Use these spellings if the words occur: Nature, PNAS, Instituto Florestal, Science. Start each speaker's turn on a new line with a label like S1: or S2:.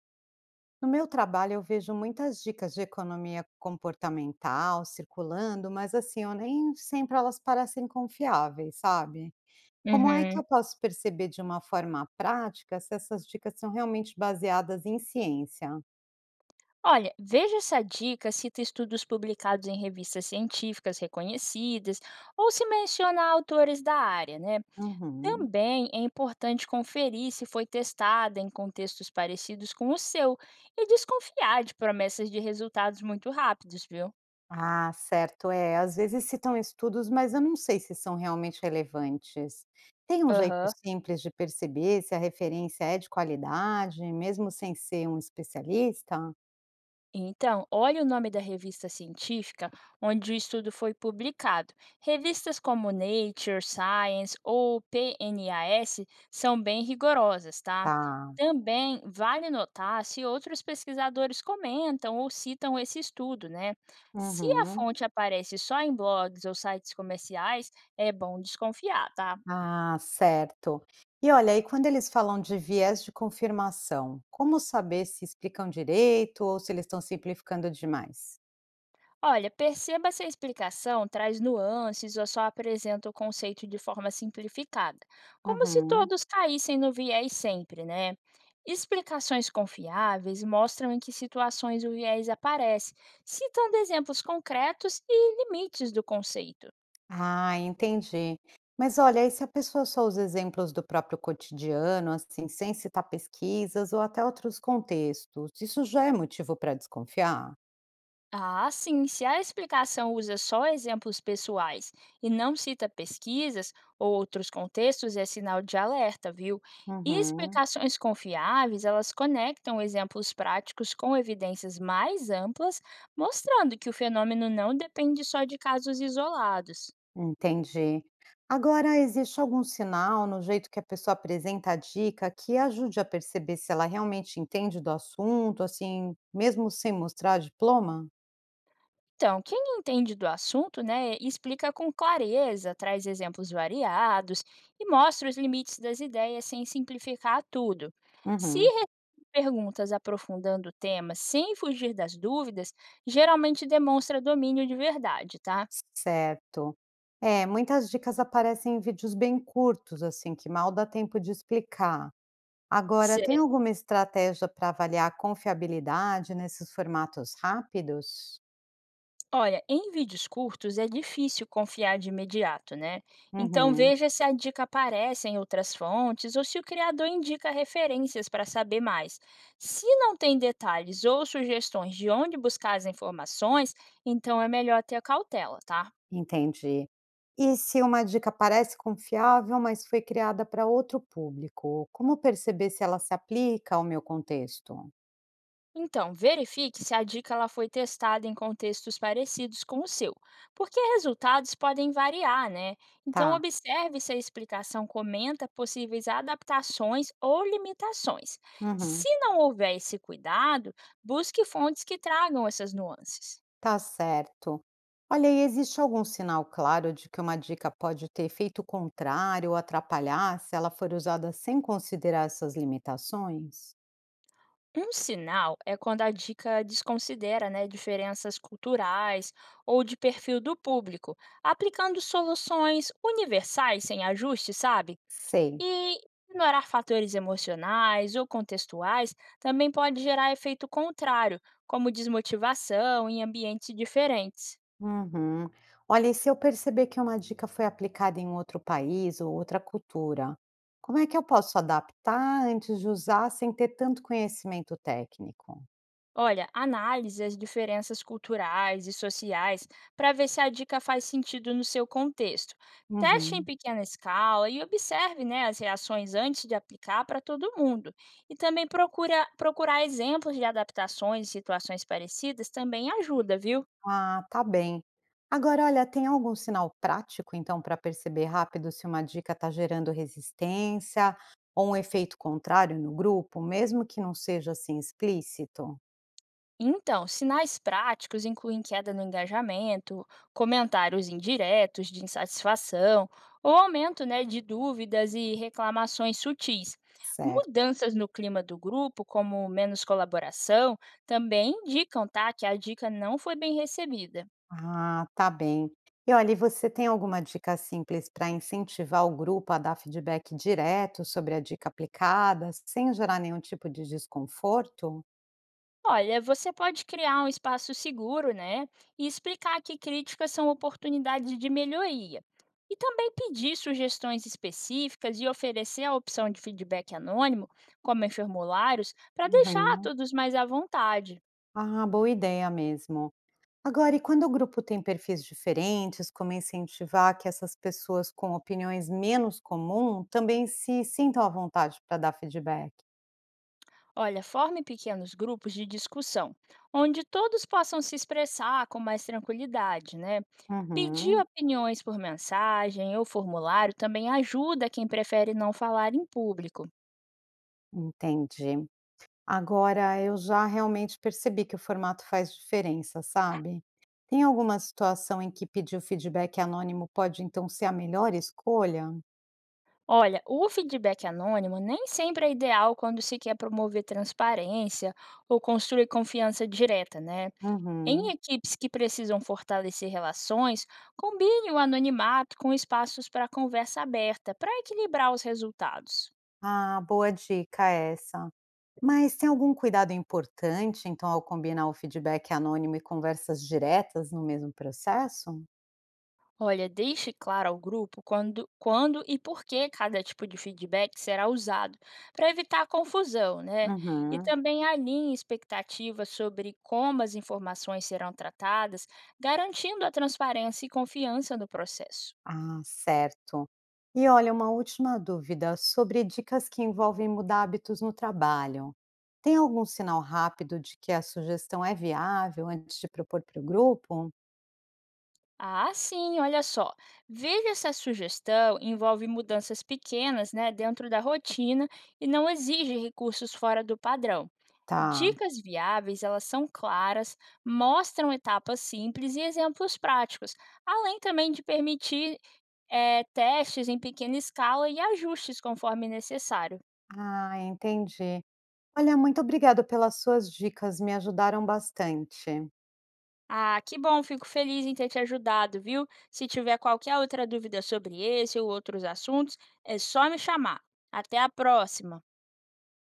S1: No meu trabalho, eu vejo muitas dicas de economia comportamental circulando, mas assim, eu nem sempre elas parecem confiáveis, sabe? Como é que
S2: Uhum.
S1: eu posso perceber de uma forma prática se essas dicas são realmente baseadas em ciência?
S2: Olha, veja se a dica cita estudos publicados em revistas científicas reconhecidas ou se menciona autores da área, né?
S1: Uhum.
S2: Também é importante conferir se foi testada em contextos parecidos com o seu e desconfiar de promessas de resultados muito rápidos, viu?
S1: Ah, certo, é. Às vezes citam estudos, mas eu não sei se são realmente relevantes. Tem um jeito
S2: Aham.
S1: simples de perceber se a referência é de qualidade, mesmo sem ser um especialista?
S2: Então, olhe o nome da revista científica onde o estudo foi publicado. Revistas como Nature, Science ou PNAS são bem rigorosas, tá?
S1: Tá.
S2: Também vale notar se outros pesquisadores comentam ou citam esse estudo, né? Se a
S1: Uhum.
S2: fonte aparece só em blogs ou sites comerciais, é bom desconfiar, tá?
S1: Ah, certo. E olha, e quando eles falam de viés de confirmação, como saber se explicam direito ou se eles estão simplificando demais?
S2: Olha, perceba se a explicação traz nuances ou só apresenta o conceito de forma simplificada, como se
S1: Uhum.
S2: todos caíssem no viés sempre, né? Explicações confiáveis mostram em que situações o viés aparece, citando exemplos concretos e limites do conceito.
S1: Ah, entendi. Mas olha, e se a pessoa só usa exemplos do próprio cotidiano, assim, sem citar pesquisas ou até outros contextos, isso já é motivo para desconfiar?
S2: Ah, sim, se a explicação usa só exemplos pessoais e não cita pesquisas ou outros contextos, é sinal de alerta, viu? E
S1: Uhum.
S2: explicações confiáveis, elas conectam exemplos práticos com evidências mais amplas, mostrando que o fenômeno não depende só de casos isolados.
S1: Entendi. Agora, existe algum sinal no jeito que a pessoa apresenta a dica que ajude a perceber se ela realmente entende do assunto, assim, mesmo sem mostrar diploma?
S2: Então, quem entende do assunto, né, explica com clareza, traz exemplos variados e mostra os limites das ideias sem simplificar tudo. Se
S1: Uhum.
S2: receber perguntas aprofundando o tema sem fugir das dúvidas, geralmente demonstra domínio de verdade, tá?
S1: Certo. É, muitas dicas aparecem em vídeos bem curtos, assim, que mal dá tempo de explicar. Agora, tem alguma estratégia para avaliar a confiabilidade nesses formatos rápidos?
S2: Olha, em vídeos curtos é difícil confiar de imediato, né? Então
S1: Uhum.
S2: veja se a dica aparece em outras fontes ou se o criador indica referências para saber mais. Se não tem detalhes ou sugestões de onde buscar as informações, então é melhor ter cautela, tá?
S1: Entendi. E se uma dica parece confiável, mas foi criada para outro público, como perceber se ela se aplica ao meu contexto?
S2: Então, verifique se a dica ela foi testada em contextos parecidos com o seu, porque resultados podem variar, né? Então,
S1: Tá.
S2: observe se a explicação comenta possíveis adaptações ou limitações.
S1: Uhum.
S2: Se não houver esse cuidado, busque fontes que tragam essas nuances.
S1: Tá certo. Olha, e existe algum sinal claro de que uma dica pode ter efeito contrário ou atrapalhar se ela for usada sem considerar essas limitações?
S2: Um sinal é quando a dica desconsidera, né, diferenças culturais ou de perfil do público, aplicando soluções universais sem ajuste, sabe?
S1: Sei.
S2: E ignorar fatores emocionais ou contextuais também pode gerar efeito contrário, como desmotivação em ambientes diferentes.
S1: Uhum. Olha, e se eu perceber que uma dica foi aplicada em um outro país ou outra cultura, como é que eu posso adaptar antes de usar sem ter tanto conhecimento técnico?
S2: Olha, analise as diferenças culturais e sociais para ver se a dica faz sentido no seu contexto. Teste em
S1: Uhum.
S2: pequena escala e observe, né, as reações antes de aplicar para todo mundo. E também procurar exemplos de adaptações e situações parecidas também ajuda, viu?
S1: Ah, tá bem. Agora, olha, tem algum sinal prático, então, para perceber rápido se uma dica está gerando resistência ou um efeito contrário no grupo, mesmo que não seja assim explícito?
S2: Então, sinais práticos incluem queda no engajamento, comentários indiretos de insatisfação ou aumento, né, de dúvidas e reclamações sutis.
S1: Certo.
S2: Mudanças no clima do grupo, como menos colaboração, também indicam, tá, que a dica não foi bem recebida.
S1: Ah, tá bem. E olha, e você tem alguma dica simples para incentivar o grupo a dar feedback direto sobre a dica aplicada, sem gerar nenhum tipo de desconforto?
S2: Olha, você pode criar um espaço seguro, né? E explicar que críticas são oportunidades de melhoria. E também pedir sugestões específicas e oferecer a opção de feedback anônimo, como em formulários, para deixar
S1: Uhum.
S2: todos mais à vontade.
S1: Ah, boa ideia mesmo. Agora, e quando o grupo tem perfis diferentes, como incentivar que essas pessoas com opiniões menos comuns também se sintam à vontade para dar feedback?
S2: Olha, forme pequenos grupos de discussão, onde todos possam se expressar com mais tranquilidade, né? Pedir
S1: Uhum,
S2: opiniões por mensagem ou formulário também ajuda quem prefere não falar em público.
S1: entendi. Agora, eu já realmente percebi que o formato faz diferença, sabe? Tem alguma situação em que pedir o feedback anônimo pode então ser a melhor escolha?
S2: Olha, o feedback anônimo nem sempre é ideal quando se quer promover transparência ou construir confiança direta, né? Em
S1: Uhum.
S2: equipes que precisam fortalecer relações, combine o anonimato com espaços para conversa aberta, para equilibrar os resultados.
S1: Ah, boa dica essa. Mas tem algum cuidado importante, então, ao combinar o feedback anônimo e conversas diretas no mesmo processo?
S2: Olha, deixe claro ao grupo quando e por que cada tipo de feedback será usado, para evitar confusão, né? E
S1: Uhum.
S2: também alinhe expectativas sobre como as informações serão tratadas, garantindo a transparência e confiança no processo.
S1: Ah, certo. E olha, uma última dúvida sobre dicas que envolvem mudar hábitos no trabalho. Tem algum sinal rápido de que a sugestão é viável antes de propor para o grupo?
S2: Ah, sim, olha só. Veja se a sugestão envolve mudanças pequenas, né, dentro da rotina e não exige recursos fora do padrão.
S1: Tá.
S2: Dicas viáveis, elas são claras, mostram etapas simples e exemplos práticos, além também de permitir testes em pequena escala e ajustes conforme necessário.
S1: Ah, entendi. Olha, muito obrigada pelas suas dicas, me ajudaram bastante.
S2: Ah, que bom, fico feliz em ter te ajudado, viu? Se tiver qualquer outra dúvida sobre esse ou outros assuntos, é só me chamar. Até a próxima!